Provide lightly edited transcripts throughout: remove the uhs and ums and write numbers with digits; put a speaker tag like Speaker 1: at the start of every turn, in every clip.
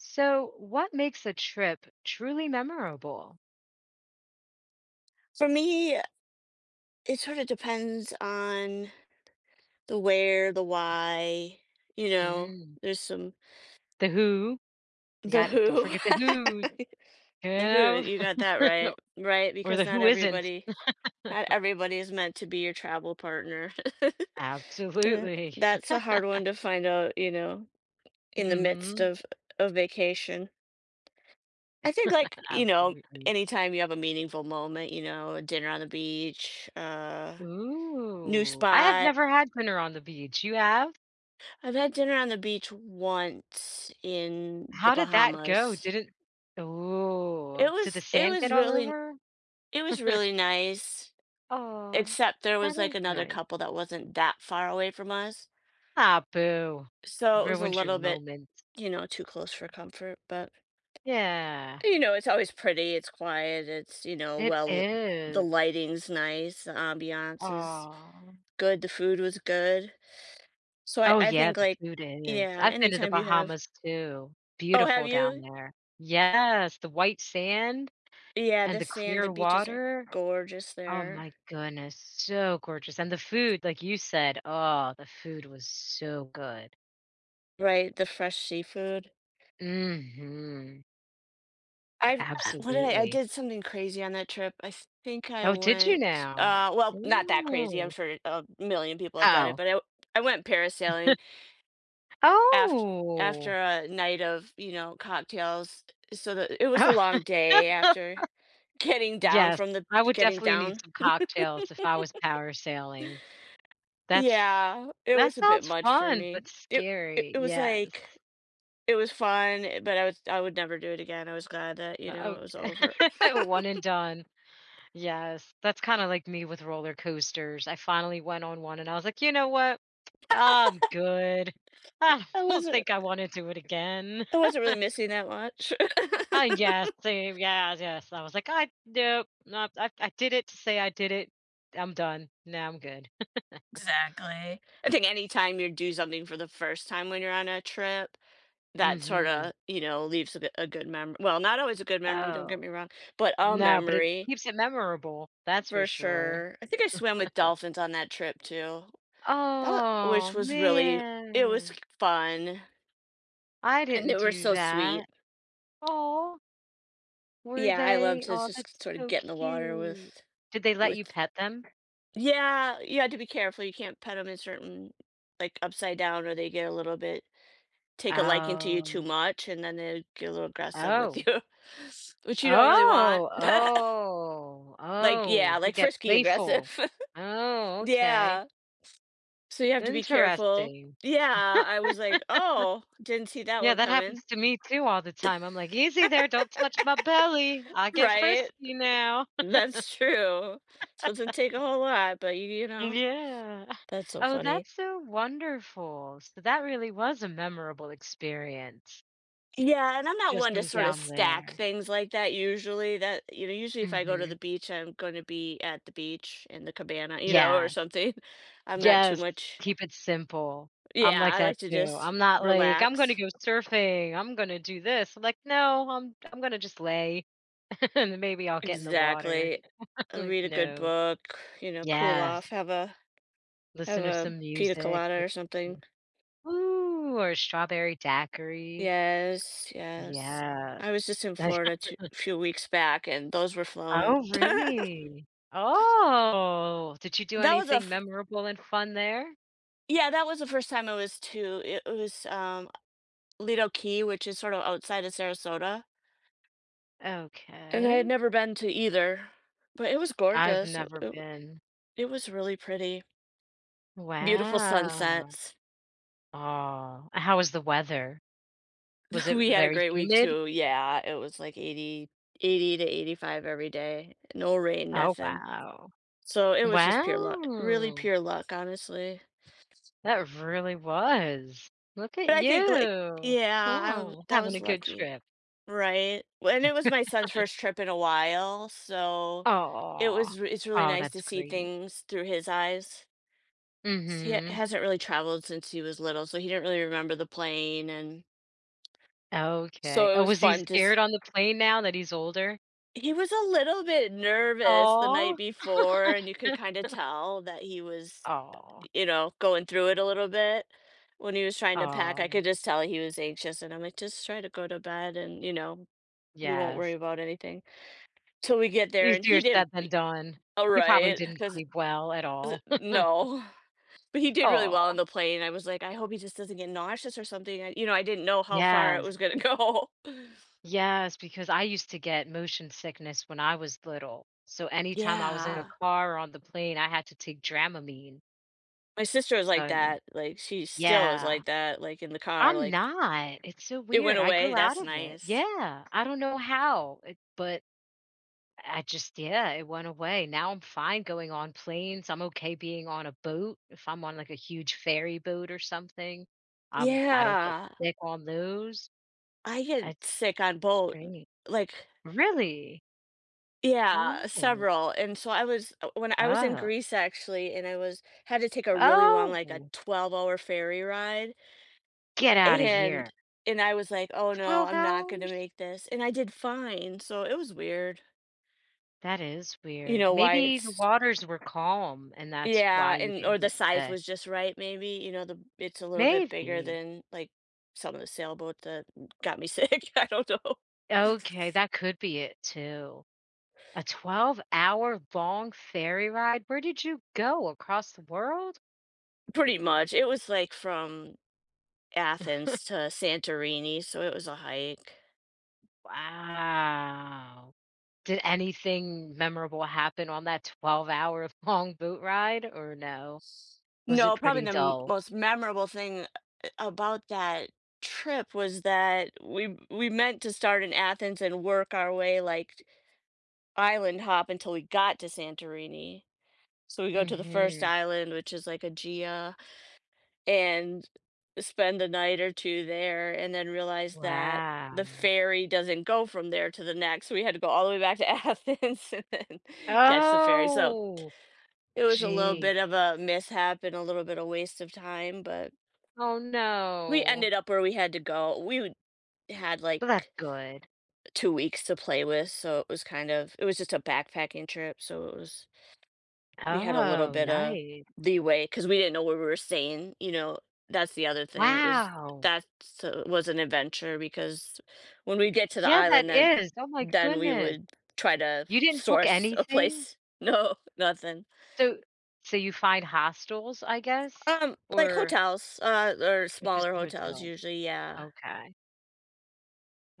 Speaker 1: So, what makes a trip truly memorable?
Speaker 2: For me, it sort of depends on the where, the why, you know,
Speaker 1: Mm.
Speaker 2: there's some
Speaker 1: The who, you
Speaker 2: the
Speaker 1: got don't
Speaker 2: who.
Speaker 1: forget the who's, you
Speaker 2: The who,
Speaker 1: know,
Speaker 2: you got that right, right?
Speaker 1: or
Speaker 2: Because
Speaker 1: the who isn't.
Speaker 2: not everybody is meant to be your travel partner. Uh,
Speaker 1: Absolutely.
Speaker 2: that's a hard one to find out, you know, in the midst
Speaker 1: Mhm.
Speaker 2: of vacation. I think
Speaker 1: Absolutely.
Speaker 2: anytime you have a meaningful moment, you know, a dinner on the beach, new
Speaker 1: Ooh, I have
Speaker 2: spot.
Speaker 1: never had dinner on the beach. You have?
Speaker 2: I've had dinner on the beach once in the
Speaker 1: How did that go?
Speaker 2: Bahamas.
Speaker 1: Didn't Ooh,
Speaker 2: It
Speaker 1: did the
Speaker 2: was it
Speaker 1: sand get
Speaker 2: was
Speaker 1: all
Speaker 2: really
Speaker 1: over?
Speaker 2: it was really nice,
Speaker 1: Oh,
Speaker 2: except there
Speaker 1: that
Speaker 2: was like
Speaker 1: is
Speaker 2: another
Speaker 1: nice.
Speaker 2: couple that wasn't that far away from us.
Speaker 1: Ah, boo.
Speaker 2: So it was a
Speaker 1: Ruined your
Speaker 2: little bit,
Speaker 1: moment.
Speaker 2: you know, too close for comfort. But
Speaker 1: Yeah,
Speaker 2: you know, it's always pretty, it's quiet, it's, you know,
Speaker 1: it
Speaker 2: well, the
Speaker 1: is.
Speaker 2: lighting's nice, the ambiance is
Speaker 1: Oh,
Speaker 2: good, the food was good. So I
Speaker 1: oh,
Speaker 2: I
Speaker 1: yeah,
Speaker 2: think
Speaker 1: the food is.
Speaker 2: yeah,
Speaker 1: I've been to the
Speaker 2: anytime you have.
Speaker 1: Bahamas too.
Speaker 2: Oh, have
Speaker 1: Beautiful down
Speaker 2: you?
Speaker 1: there. Yes, the white sand
Speaker 2: Yeah,
Speaker 1: and
Speaker 2: the
Speaker 1: the
Speaker 2: sand, the
Speaker 1: clear
Speaker 2: beaches are
Speaker 1: water.
Speaker 2: gorgeous
Speaker 1: Oh
Speaker 2: there,
Speaker 1: my goodness, so gorgeous, and the food, like you said, oh, the food was so good.
Speaker 2: right? The fresh seafood.
Speaker 1: Mhm,
Speaker 2: I've what did I
Speaker 1: absolutely.
Speaker 2: did something crazy on that trip. I think I
Speaker 1: Oh, did you
Speaker 2: went
Speaker 1: now?
Speaker 2: well, not that crazy. I'm
Speaker 1: Ooh.
Speaker 2: sure a million people have done it,
Speaker 1: Oh.
Speaker 2: but I went parasailing after after
Speaker 1: Oh.
Speaker 2: a night of, you know, cocktails. So that it was a long day after getting down
Speaker 1: Yes,
Speaker 2: from the
Speaker 1: I would
Speaker 2: getting
Speaker 1: definitely need
Speaker 2: down.
Speaker 1: some cocktails if I was power sailing. That's
Speaker 2: Yeah, it
Speaker 1: That
Speaker 2: was a bit
Speaker 1: sounds
Speaker 2: much for
Speaker 1: fun,
Speaker 2: me.
Speaker 1: but
Speaker 2: It it,
Speaker 1: scary,
Speaker 2: it was
Speaker 1: yes.
Speaker 2: like It was fun, eh, but I would never do it again. I was glad that, you know, it was
Speaker 1: Okay.
Speaker 2: over.
Speaker 1: One and done. Yes. That's kinda like me with roller coasters. I finally went on one and I was like, "You know what? I'm good. I
Speaker 2: I
Speaker 1: don't
Speaker 2: wasn't
Speaker 1: think I wanna do it again."
Speaker 2: I wasn't really missing that much.
Speaker 1: Yes, same, yes, yes. I was like, "I nope, no. I did it to say I did it. I'm done. Now I'm good."
Speaker 2: Exactly. I think anytime you do something for the first time when you're on a trip, that
Speaker 1: Mhm.
Speaker 2: sorta, you know, leaves a good memory. Well, not always a good memory, don't get
Speaker 1: Oh,
Speaker 2: me wrong, but a
Speaker 1: no, but it
Speaker 2: memory
Speaker 1: keeps it memorable, that's for
Speaker 2: for
Speaker 1: sure.
Speaker 2: sure. I think I swam with dolphins on that trip too. That
Speaker 1: Oh,
Speaker 2: which was really it was
Speaker 1: man.
Speaker 2: fun,
Speaker 1: I
Speaker 2: and they
Speaker 1: didn't
Speaker 2: were
Speaker 1: do
Speaker 2: so sweet.
Speaker 1: that. Oh, were
Speaker 2: Yeah, I love
Speaker 1: they?
Speaker 2: to
Speaker 1: Oh, that's
Speaker 2: just sort of
Speaker 1: so
Speaker 2: get in the water
Speaker 1: cute.
Speaker 2: with
Speaker 1: Did they let you
Speaker 2: with
Speaker 1: pet them?
Speaker 2: Yeah, you had to be careful, you can't pet them in certain, like, upside down, or they get a little bit take a liking to you too
Speaker 1: Oh.
Speaker 2: much, and then they get a little aggressive with
Speaker 1: Oh.
Speaker 2: you, which you don't really want.
Speaker 1: Oh, oh,
Speaker 2: Like,
Speaker 1: oh,
Speaker 2: yeah,
Speaker 1: they
Speaker 2: like
Speaker 1: get
Speaker 2: frisky
Speaker 1: playful.
Speaker 2: aggressive.
Speaker 1: Oh, okay.
Speaker 2: Yeah, so you have to be careful.
Speaker 1: Interesting.
Speaker 2: Yeah, I was like, "Oh, didn't see that
Speaker 1: Yeah,
Speaker 2: one
Speaker 1: that
Speaker 2: coming."
Speaker 1: happens to me too all the time. I'm like, "Easy there, don't touch my belly. I get
Speaker 2: Right?
Speaker 1: frisky now."
Speaker 2: That's true. So it doesn't take a whole lot, but you know,
Speaker 1: Yeah.
Speaker 2: that's so
Speaker 1: Oh,
Speaker 2: funny.
Speaker 1: that's so wonderful. So that really was a memorable experience.
Speaker 2: Yeah, and I'm not
Speaker 1: Just
Speaker 2: one to
Speaker 1: from
Speaker 2: sort of
Speaker 1: down
Speaker 2: stack
Speaker 1: there.
Speaker 2: things like that usually. That, you know, usually if I go to
Speaker 1: Mhm.
Speaker 2: the beach, I'm going to be at the beach in the cabana, you know, or
Speaker 1: Yes.
Speaker 2: something. I'm not too
Speaker 1: Yes.
Speaker 2: much.
Speaker 1: Keep it simple. I'm
Speaker 2: Yeah,
Speaker 1: like
Speaker 2: I
Speaker 1: that
Speaker 2: like to
Speaker 1: too.
Speaker 2: just
Speaker 1: I'm not like, "I'm gonna
Speaker 2: relax.
Speaker 1: go surfing. I'm gonna do this." I'm like, "No, I'm gonna just lay, and maybe I'll get in the water."
Speaker 2: Exactly.
Speaker 1: Like,
Speaker 2: Read a good
Speaker 1: "No."
Speaker 2: book, you know, cool
Speaker 1: Yes.
Speaker 2: off, have
Speaker 1: Listen to
Speaker 2: a
Speaker 1: some
Speaker 2: pina
Speaker 1: music.
Speaker 2: colada or something.
Speaker 1: Maybe. Ooh, or strawberry daiquiri.
Speaker 2: Yes, yes.
Speaker 1: Yes.
Speaker 2: I was just in Florida a few weeks back and those were flowing.
Speaker 1: Oh, really? Oh, did you do
Speaker 2: That was a
Speaker 1: anything
Speaker 2: f-
Speaker 1: memorable and fun there?
Speaker 2: yeah, that was the first time I was too. It was Lido Key, which is sort of outside of Sarasota, and I
Speaker 1: Okay.
Speaker 2: had never been to either, but it was
Speaker 1: I've
Speaker 2: gorgeous.
Speaker 1: never
Speaker 2: It
Speaker 1: been.
Speaker 2: it was really pretty. Beautiful
Speaker 1: Wow.
Speaker 2: sunsets.
Speaker 1: Oh, how was the weather? Was it
Speaker 2: We had a
Speaker 1: very
Speaker 2: great week
Speaker 1: humid?
Speaker 2: too. Yeah, it was like 80 to 85 every day. No rain,
Speaker 1: Oh,
Speaker 2: nothing.
Speaker 1: wow.
Speaker 2: So it was just pure luck, really
Speaker 1: Wow,
Speaker 2: pure luck, honestly.
Speaker 1: that really was. Look at
Speaker 2: But I think
Speaker 1: you.
Speaker 2: yeah,
Speaker 1: Oh,
Speaker 2: that
Speaker 1: having
Speaker 2: was
Speaker 1: a good
Speaker 2: lucky,
Speaker 1: trip.
Speaker 2: right? Well, and it was my son's first trip in a while, so
Speaker 1: Oh.
Speaker 2: it's really
Speaker 1: Oh,
Speaker 2: nice to
Speaker 1: that's
Speaker 2: see
Speaker 1: great.
Speaker 2: things through his eyes. He
Speaker 1: Mhm.
Speaker 2: hasn't really traveled since he was little, so he didn't really remember the plane. And so
Speaker 1: Okay.
Speaker 2: it
Speaker 1: Oh,
Speaker 2: was
Speaker 1: was he
Speaker 2: fun. Just
Speaker 1: scared on the plane now that he's older?
Speaker 2: he was a little bit nervous the night
Speaker 1: Oh.
Speaker 2: before, and you could kind of tell that
Speaker 1: Oh.
Speaker 2: you know, going through it a little bit when he was trying to pack. I
Speaker 1: Oh.
Speaker 2: could just tell he was anxious, and I'm like, just try to go to bed, and you know, we won't worry
Speaker 1: Yes.
Speaker 2: about anything till we get there. And
Speaker 1: Easier
Speaker 2: he did
Speaker 1: said than
Speaker 2: be-
Speaker 1: done.
Speaker 2: all
Speaker 1: He probably
Speaker 2: right
Speaker 1: didn't
Speaker 2: because
Speaker 1: sleep well at all.
Speaker 2: no. But he did really well on
Speaker 1: Oh,
Speaker 2: the plane. I was like, "I hope he just doesn't get nauseous or something." I you know, I didn't know how far it
Speaker 1: yes,
Speaker 2: was gonna go.
Speaker 1: yes, because I used to get motion sickness when I was little. So anytime I was in a
Speaker 2: Yeah.
Speaker 1: car or on the plane, I had to take Dramamine.
Speaker 2: My sister was
Speaker 1: So,
Speaker 2: like
Speaker 1: I mean,
Speaker 2: that, like, she still is
Speaker 1: yeah.
Speaker 2: like that, like, in the car,
Speaker 1: I'm
Speaker 2: like,
Speaker 1: not. It's so
Speaker 2: "It went
Speaker 1: weird. I
Speaker 2: away,
Speaker 1: grew out
Speaker 2: that's
Speaker 1: of it.
Speaker 2: nice."
Speaker 1: Yeah, I don't know how, it but I just, yeah, it went away. Now I'm fine going on planes. I'm okay being on a boat. If I'm on like a huge ferry boat or something, I don't get
Speaker 2: Yeah.
Speaker 1: sick on those.
Speaker 2: I get
Speaker 1: That's
Speaker 2: sick on boat,
Speaker 1: strange.
Speaker 2: like
Speaker 1: Really?
Speaker 2: yeah,
Speaker 1: Ooh.
Speaker 2: several, and so I was when I was in
Speaker 1: Oh,
Speaker 2: Greece, actually, and I was had to take a really long, like, a
Speaker 1: oh,
Speaker 2: 12-hour ferry ride.
Speaker 1: get out of here.
Speaker 2: And and I was like, "Oh, no,
Speaker 1: 12
Speaker 2: I'm not gonna
Speaker 1: hours?
Speaker 2: make this," and I did fine, so it was weird.
Speaker 1: That is
Speaker 2: You
Speaker 1: weird.
Speaker 2: know, why
Speaker 1: Maybe the
Speaker 2: it's
Speaker 1: waters were calm and that's why
Speaker 2: yeah,
Speaker 1: you
Speaker 2: and or
Speaker 1: didn't
Speaker 2: the
Speaker 1: get
Speaker 2: size
Speaker 1: the.
Speaker 2: was just right maybe, you know, the it's a little bit bigger
Speaker 1: Maybe.
Speaker 2: than, like, some of the sailboat that got me sick. I don't know.
Speaker 1: Okay, that could be it too. A 12-hour long ferry ride? Where did you go? Across the world?
Speaker 2: Pretty much, it was, like, from Athens to Santorini, so it was a hike.
Speaker 1: Wow. Did anything memorable happen on that 12-hour long boat ride or no? Was it
Speaker 2: No, probably
Speaker 1: pretty
Speaker 2: the m
Speaker 1: dull?
Speaker 2: most memorable thing about that trip was that we meant to start in Athens and work our way, like, island hop until we got to Santorini. So we go to the first
Speaker 1: Mhm.
Speaker 2: island, which is, like, Aegea, and spend a night or 2 there, and then realize that the
Speaker 1: Wow.
Speaker 2: ferry doesn't go from there to the next. We had to go all the way back to Athens and then catch the ferry. So
Speaker 1: Oh,
Speaker 2: it was a little
Speaker 1: gee.
Speaker 2: bit of a mishap and a little bit of waste of time, but
Speaker 1: Oh,
Speaker 2: we
Speaker 1: no.
Speaker 2: ended up where we had to go. We had,
Speaker 1: But that's
Speaker 2: like,
Speaker 1: good.
Speaker 2: 2 weeks to play with, so it was it was just a backpacking trip, so it was we had a little
Speaker 1: Oh,
Speaker 2: bit of
Speaker 1: nice.
Speaker 2: leeway because we didn't know where we were staying, you know? That's the other thing, it was
Speaker 1: Wow.
Speaker 2: that was an adventure because when we get to the
Speaker 1: Yeah, that
Speaker 2: island,
Speaker 1: is. Oh my
Speaker 2: then we
Speaker 1: goodness.
Speaker 2: would try to
Speaker 1: You didn't book
Speaker 2: source a
Speaker 1: anything?
Speaker 2: place. No, nothing.
Speaker 1: So so you find hostels, I guess?
Speaker 2: Like
Speaker 1: Or
Speaker 2: hotels, or
Speaker 1: or just
Speaker 2: smaller hotels
Speaker 1: hotel?
Speaker 2: usually, yeah.
Speaker 1: Okay.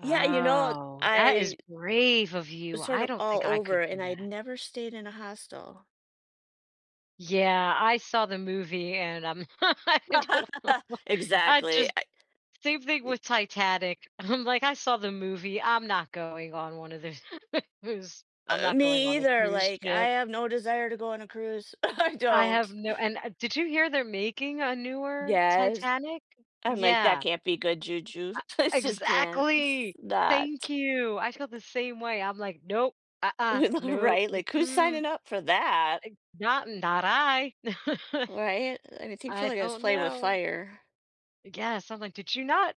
Speaker 2: Yeah, you know,
Speaker 1: Oh, that is
Speaker 2: I
Speaker 1: brave of you.
Speaker 2: sort
Speaker 1: I
Speaker 2: of
Speaker 1: don't
Speaker 2: all
Speaker 1: think I
Speaker 2: over,
Speaker 1: could do
Speaker 2: and I'd
Speaker 1: that.
Speaker 2: never stayed in a hostel.
Speaker 1: Yeah, I saw the movie and, I don't know. I
Speaker 2: Exactly.
Speaker 1: just
Speaker 2: I
Speaker 1: same thing with Titanic. I'm like, "I saw the movie. I'm not going on one of those. those- I'm not going
Speaker 2: Me
Speaker 1: on a
Speaker 2: either,
Speaker 1: cruise
Speaker 2: like, I
Speaker 1: ship."
Speaker 2: have no desire to go on a cruise. I
Speaker 1: I have
Speaker 2: don't.
Speaker 1: no and, did you hear they're making a newer
Speaker 2: Yes.
Speaker 1: Titanic?
Speaker 2: I'm like, "That
Speaker 1: Yeah.
Speaker 2: can't be good juju." I just can't. It's
Speaker 1: Exactly.
Speaker 2: not.
Speaker 1: Thank you. I feel the same way. I'm like, nope, uh-uh, nope,
Speaker 2: Right? Like, who's
Speaker 1: mm-mm,
Speaker 2: signing up for that?
Speaker 1: not not I.
Speaker 2: Right? I mean, I think feel
Speaker 1: I
Speaker 2: like I was
Speaker 1: don't
Speaker 2: playing with
Speaker 1: know.
Speaker 2: fire.
Speaker 1: Yes, I'm like, did you not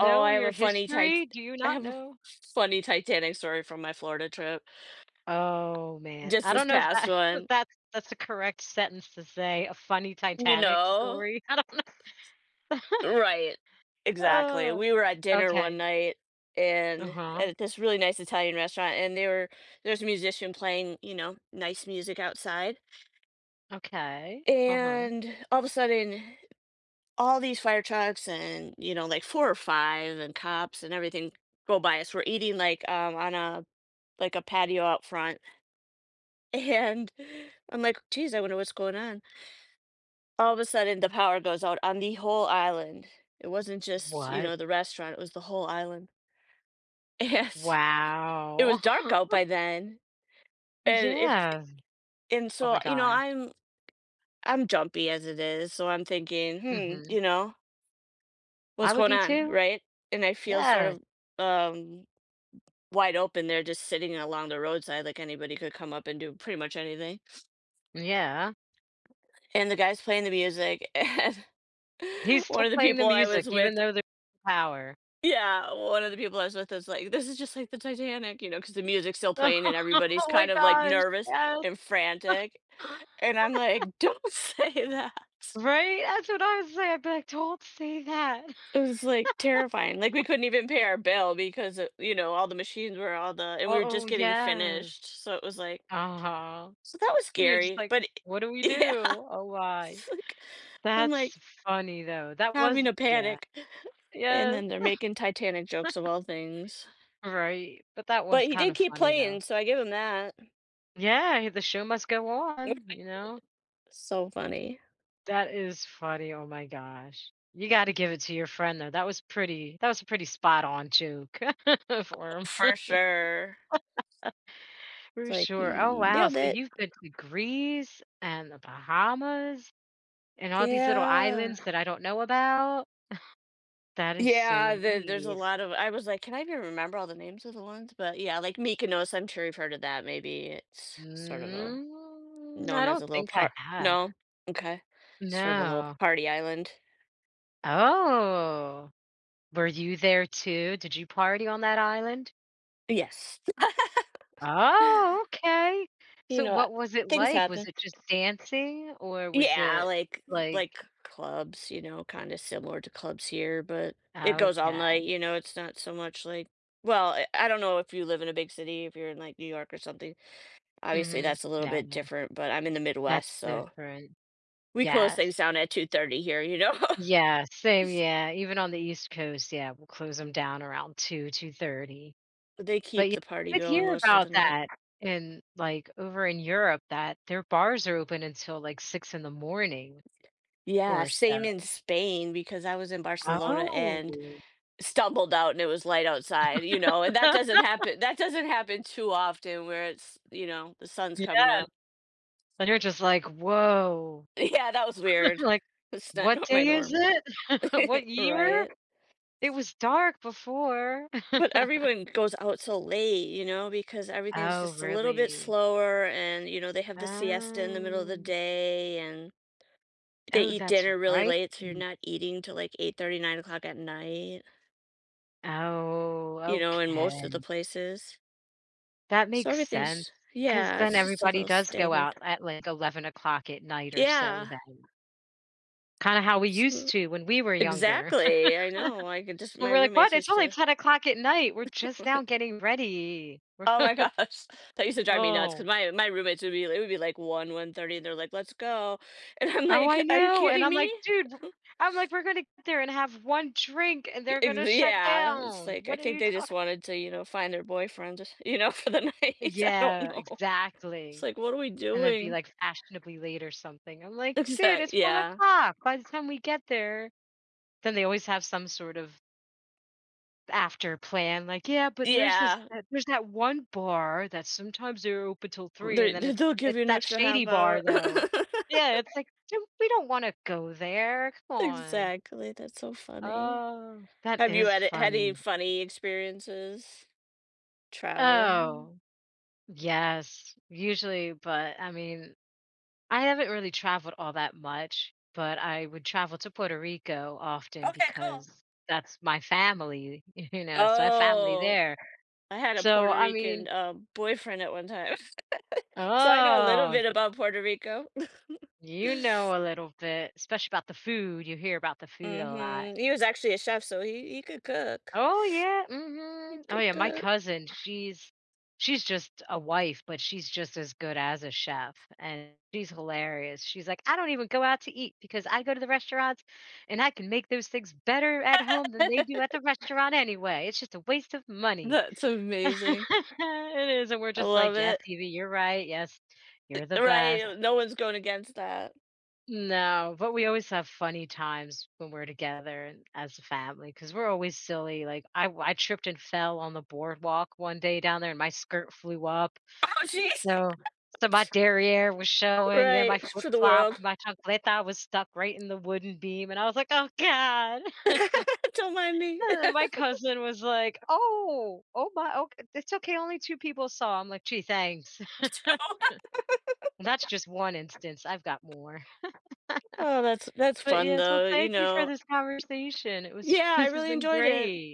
Speaker 2: Oh, I have
Speaker 1: your
Speaker 2: a funny tit
Speaker 1: history? Do you
Speaker 2: I
Speaker 1: not
Speaker 2: have a
Speaker 1: know?
Speaker 2: funny Titanic story from my Florida trip.
Speaker 1: Oh man,
Speaker 2: Just
Speaker 1: I
Speaker 2: this
Speaker 1: don't know if
Speaker 2: past
Speaker 1: that if
Speaker 2: one,
Speaker 1: that's a correct sentence to say. A funny
Speaker 2: you
Speaker 1: Titanic
Speaker 2: know?
Speaker 1: story. I don't know.
Speaker 2: Right. Exactly.
Speaker 1: Oh,
Speaker 2: We were at dinner one
Speaker 1: okay.
Speaker 2: night and
Speaker 1: Uh-huh.
Speaker 2: at this really nice Italian restaurant, and they were there's a musician playing, you know, nice music outside.
Speaker 1: Okay. Uh-huh.
Speaker 2: And all of a sudden all these fire trucks and, you know, like four or five, and cops and everything go by us. We're eating like on a like a patio out front. And I'm like, geez, I wonder what's going on. All of a sudden the power goes out on the whole island. It wasn't just, you
Speaker 1: What?
Speaker 2: know, the restaurant, it was the whole island. Yes. It was
Speaker 1: Wow.
Speaker 2: dark out by then, and if
Speaker 1: Yeah.
Speaker 2: and
Speaker 1: Oh my
Speaker 2: so, you know,
Speaker 1: God.
Speaker 2: I'm jumpy as it is, so I'm thinking, "Hmm,
Speaker 1: Mhm.
Speaker 2: you know, what's
Speaker 1: I would
Speaker 2: going
Speaker 1: be
Speaker 2: on?"
Speaker 1: too.
Speaker 2: Right? And I feel sort
Speaker 1: Yes.
Speaker 2: of, um, wide open there just sitting along the roadside, like anybody could come up and do pretty much anything,
Speaker 1: Yeah.
Speaker 2: and the guy's playing the music, and
Speaker 1: He's
Speaker 2: one
Speaker 1: still
Speaker 2: of the
Speaker 1: playing the
Speaker 2: people I was
Speaker 1: music even
Speaker 2: with
Speaker 1: though there's no power.
Speaker 2: yeah, one of the people I was with is like, "This is just like the Titanic," you know, because the music's still playing and everybody's
Speaker 1: Oh my
Speaker 2: kind of, like,
Speaker 1: gosh,
Speaker 2: nervous
Speaker 1: yes.
Speaker 2: and frantic, and I'm like, "Don't say that."
Speaker 1: Right? That's what I was saying. I'd be like, "Don't say that."
Speaker 2: It was, like, terrifying, like, we couldn't even pay our bill because, you know, all the machines were all the and we were just
Speaker 1: Oh,
Speaker 2: getting
Speaker 1: yes.
Speaker 2: finished, so it was like
Speaker 1: Uh-huh.
Speaker 2: so that was
Speaker 1: And you're just
Speaker 2: scary.
Speaker 1: like,
Speaker 2: But I
Speaker 1: "What do we
Speaker 2: yeah,
Speaker 1: do? Oh, why?"
Speaker 2: it's like I'm, like,
Speaker 1: That's funny though. That was,
Speaker 2: having a
Speaker 1: yeah.
Speaker 2: panic, and
Speaker 1: Yes.
Speaker 2: then they're making Titanic jokes of all things.
Speaker 1: Right. But that
Speaker 2: But
Speaker 1: was
Speaker 2: he
Speaker 1: kind
Speaker 2: did
Speaker 1: of
Speaker 2: keep
Speaker 1: funny though.
Speaker 2: playing, so I give him that.
Speaker 1: Yeah, the show must go on, you know?
Speaker 2: So funny.
Speaker 1: That is funny. Oh my gosh. You gotta give it to your friend though. That was pretty that was a pretty spot on joke for him,
Speaker 2: For sure. It's
Speaker 1: for
Speaker 2: like,
Speaker 1: sure. Oh
Speaker 2: "You
Speaker 1: wow.
Speaker 2: nailed
Speaker 1: So
Speaker 2: it."
Speaker 1: you've been to Greece and the Bahamas and all these little
Speaker 2: Yeah.
Speaker 1: islands that I don't know about. That is so
Speaker 2: Yeah, there's a
Speaker 1: neat.
Speaker 2: lot of. I was like, "Can I even remember all the names of the ones?" But, yeah, like Mykonos, I'm sure you've heard of that, maybe it's sort of a
Speaker 1: Mm,
Speaker 2: known
Speaker 1: I
Speaker 2: as
Speaker 1: don't
Speaker 2: a little
Speaker 1: think I
Speaker 2: part
Speaker 1: have.
Speaker 2: no? Okay. Sort of a little
Speaker 1: No.
Speaker 2: party island.
Speaker 1: Oh. Were you there too? Did you party on that island?
Speaker 2: Yes.
Speaker 1: Oh, okay.
Speaker 2: You
Speaker 1: So
Speaker 2: know,
Speaker 1: what was it
Speaker 2: things
Speaker 1: like? Was
Speaker 2: happen.
Speaker 1: it just dancing or was
Speaker 2: Yeah,
Speaker 1: it like,
Speaker 2: like clubs, you know, kind of similar to clubs here, but it goes all
Speaker 1: okay.
Speaker 2: night, you know, it's not so much like well, I don't know if you live in a big city, if you're in like New York or something. Obviously
Speaker 1: Mhm.
Speaker 2: that's a little
Speaker 1: No,
Speaker 2: bit
Speaker 1: no.
Speaker 2: different, but I'm in the
Speaker 1: That's
Speaker 2: Midwest, so
Speaker 1: different.
Speaker 2: we close
Speaker 1: Yes.
Speaker 2: things down at 2:30 here, you know.
Speaker 1: Yeah, same, yeah. Even on the East Coast, yeah, we'll close them down around two, 2:30.
Speaker 2: They
Speaker 1: But
Speaker 2: keep
Speaker 1: yeah,
Speaker 2: the party
Speaker 1: I could
Speaker 2: going
Speaker 1: hear
Speaker 2: most of the
Speaker 1: about
Speaker 2: night.
Speaker 1: that in, like, over in Europe that their bars are open until, like, 6 in the morning
Speaker 2: Yeah,
Speaker 1: or so.
Speaker 2: same in Spain because I was in Barcelona
Speaker 1: Oh.
Speaker 2: and stumbled out and it was light outside, you know, and that doesn't happen too often where it's, you know, the sun's
Speaker 1: Yeah,
Speaker 2: coming up.
Speaker 1: and you're just like, "Whoa."
Speaker 2: Yeah, that was
Speaker 1: You're
Speaker 2: weird.
Speaker 1: like,
Speaker 2: It's
Speaker 1: "What
Speaker 2: not my
Speaker 1: day is
Speaker 2: norm,
Speaker 1: it? What year?
Speaker 2: right?
Speaker 1: It was dark before."
Speaker 2: But everyone goes out so late, you know, because everything's
Speaker 1: Oh,
Speaker 2: just a little bit
Speaker 1: really?
Speaker 2: slower and, you know, they have the siesta in the middle of the
Speaker 1: Oh.
Speaker 2: day and they
Speaker 1: Oh,
Speaker 2: eat
Speaker 1: that's
Speaker 2: dinner really
Speaker 1: right.
Speaker 2: late, so you're not eating till like 8:30, 9 o'clock at night,
Speaker 1: Oh,
Speaker 2: you know, in most of the
Speaker 1: okay.
Speaker 2: places.
Speaker 1: That
Speaker 2: So
Speaker 1: makes sense,
Speaker 2: everything's,
Speaker 1: because
Speaker 2: yeah,
Speaker 1: then
Speaker 2: it's just a
Speaker 1: everybody
Speaker 2: little
Speaker 1: does go
Speaker 2: staggered.
Speaker 1: out at, like, 11 o'clock at night or so
Speaker 2: Yeah,
Speaker 1: then. Kinda how we
Speaker 2: s-
Speaker 1: used to when we were younger.
Speaker 2: exactly. I know.
Speaker 1: And
Speaker 2: My
Speaker 1: we're like, "What?
Speaker 2: roommates
Speaker 1: It's
Speaker 2: used
Speaker 1: only
Speaker 2: to.
Speaker 1: 10 o'clock at night. We're just now getting ready."
Speaker 2: Oh my gosh. That used to drive me nuts because
Speaker 1: Oh.
Speaker 2: my roommates would be it would be like 1, 1:30 and they're like, "Let's go." And I'm
Speaker 1: Oh,
Speaker 2: like,
Speaker 1: I
Speaker 2: "Are you
Speaker 1: know, and
Speaker 2: kidding
Speaker 1: I'm
Speaker 2: me?"
Speaker 1: like, "Dude." I'm like, "We're gonna get there and have one drink, and they're
Speaker 2: I
Speaker 1: gonna shut
Speaker 2: yeah, it's
Speaker 1: down.
Speaker 2: like, I
Speaker 1: What are
Speaker 2: think
Speaker 1: you
Speaker 2: they just
Speaker 1: talking?"
Speaker 2: wanted to, you know, find their boyfriend, you know, for the night. I don't
Speaker 1: Yeah,
Speaker 2: know. It's
Speaker 1: exactly,
Speaker 2: like, "What are we
Speaker 1: and then be
Speaker 2: doing?"
Speaker 1: like, "Fashionably late" or something. I'm like, "Dude,
Speaker 2: Exactly.
Speaker 1: it's one
Speaker 2: Yeah.
Speaker 1: o'clock. By the time we get there." Then they always have some sort of after plan, like, "Yeah, but there's this
Speaker 2: Yeah.
Speaker 1: that there's that one bar that sometimes they're open till 3,
Speaker 2: they
Speaker 1: and then it's
Speaker 2: they'll give
Speaker 1: it's
Speaker 2: you an
Speaker 1: that
Speaker 2: extra half
Speaker 1: shady
Speaker 2: hour.
Speaker 1: bar, though." Yeah, it's like, "Dude, we don't wanna go there. Come on."
Speaker 2: Exactly, that's so funny.
Speaker 1: Oh, that
Speaker 2: Have you
Speaker 1: is
Speaker 2: had any
Speaker 1: funny.
Speaker 2: funny experiences traveling?
Speaker 1: Oh, yes, usually, but I mean, I haven't really traveled all that much, but I would travel to Puerto Rico often
Speaker 2: Okay, cool.
Speaker 1: because that's my family, you know, so I have family
Speaker 2: Oh.
Speaker 1: there.
Speaker 2: I had a
Speaker 1: So,
Speaker 2: Puerto
Speaker 1: I mean,
Speaker 2: Rican, boyfriend at one time. So I know a little
Speaker 1: oh,
Speaker 2: bit about Puerto Rico.
Speaker 1: you know a little bit, especially about the food. You hear about the food a lot.
Speaker 2: Mhm. He was actually a chef, so he could cook.
Speaker 1: Oh yeah,
Speaker 2: He
Speaker 1: mhm. Oh
Speaker 2: could
Speaker 1: yeah, my
Speaker 2: cook.
Speaker 1: cousin, she's just a wife, but she's just as good as a chef, and she's hilarious. She's like, "I don't even go out to eat because I go to the restaurants and I can make those things better at home than they do at the restaurant anyway. It's just a waste of money."
Speaker 2: That's amazing.
Speaker 1: It is, and we're
Speaker 2: I
Speaker 1: just
Speaker 2: love
Speaker 1: like, "Yes,
Speaker 2: it.
Speaker 1: Evie, you're right. Yes, you're the best."
Speaker 2: Right, no one's going against that.
Speaker 1: No, but we always have funny times when we're together and as a family because we're always silly. Like I tripped and fell on the boardwalk one day down there, and my skirt flew up.
Speaker 2: Oh, jeez.
Speaker 1: So, so, my derriere was showing. Yeah, my
Speaker 2: Right,
Speaker 1: flip
Speaker 2: for the
Speaker 1: flop,
Speaker 2: world.
Speaker 1: my chancleta was stuck right in the wooden beam, and I was like, "Oh God!"
Speaker 2: Don't mind me.
Speaker 1: And then my cousin was like, "Oh, oh my, okay, it's okay. Only two people saw." I'm like, "Gee, thanks." And that's just one instance. I've got more.
Speaker 2: Oh, that's
Speaker 1: But
Speaker 2: fun
Speaker 1: yes, well,
Speaker 2: though, you
Speaker 1: thank you for
Speaker 2: know.
Speaker 1: this conversation. It was
Speaker 2: Yeah, I
Speaker 1: this has
Speaker 2: really
Speaker 1: been
Speaker 2: enjoyed it.
Speaker 1: great.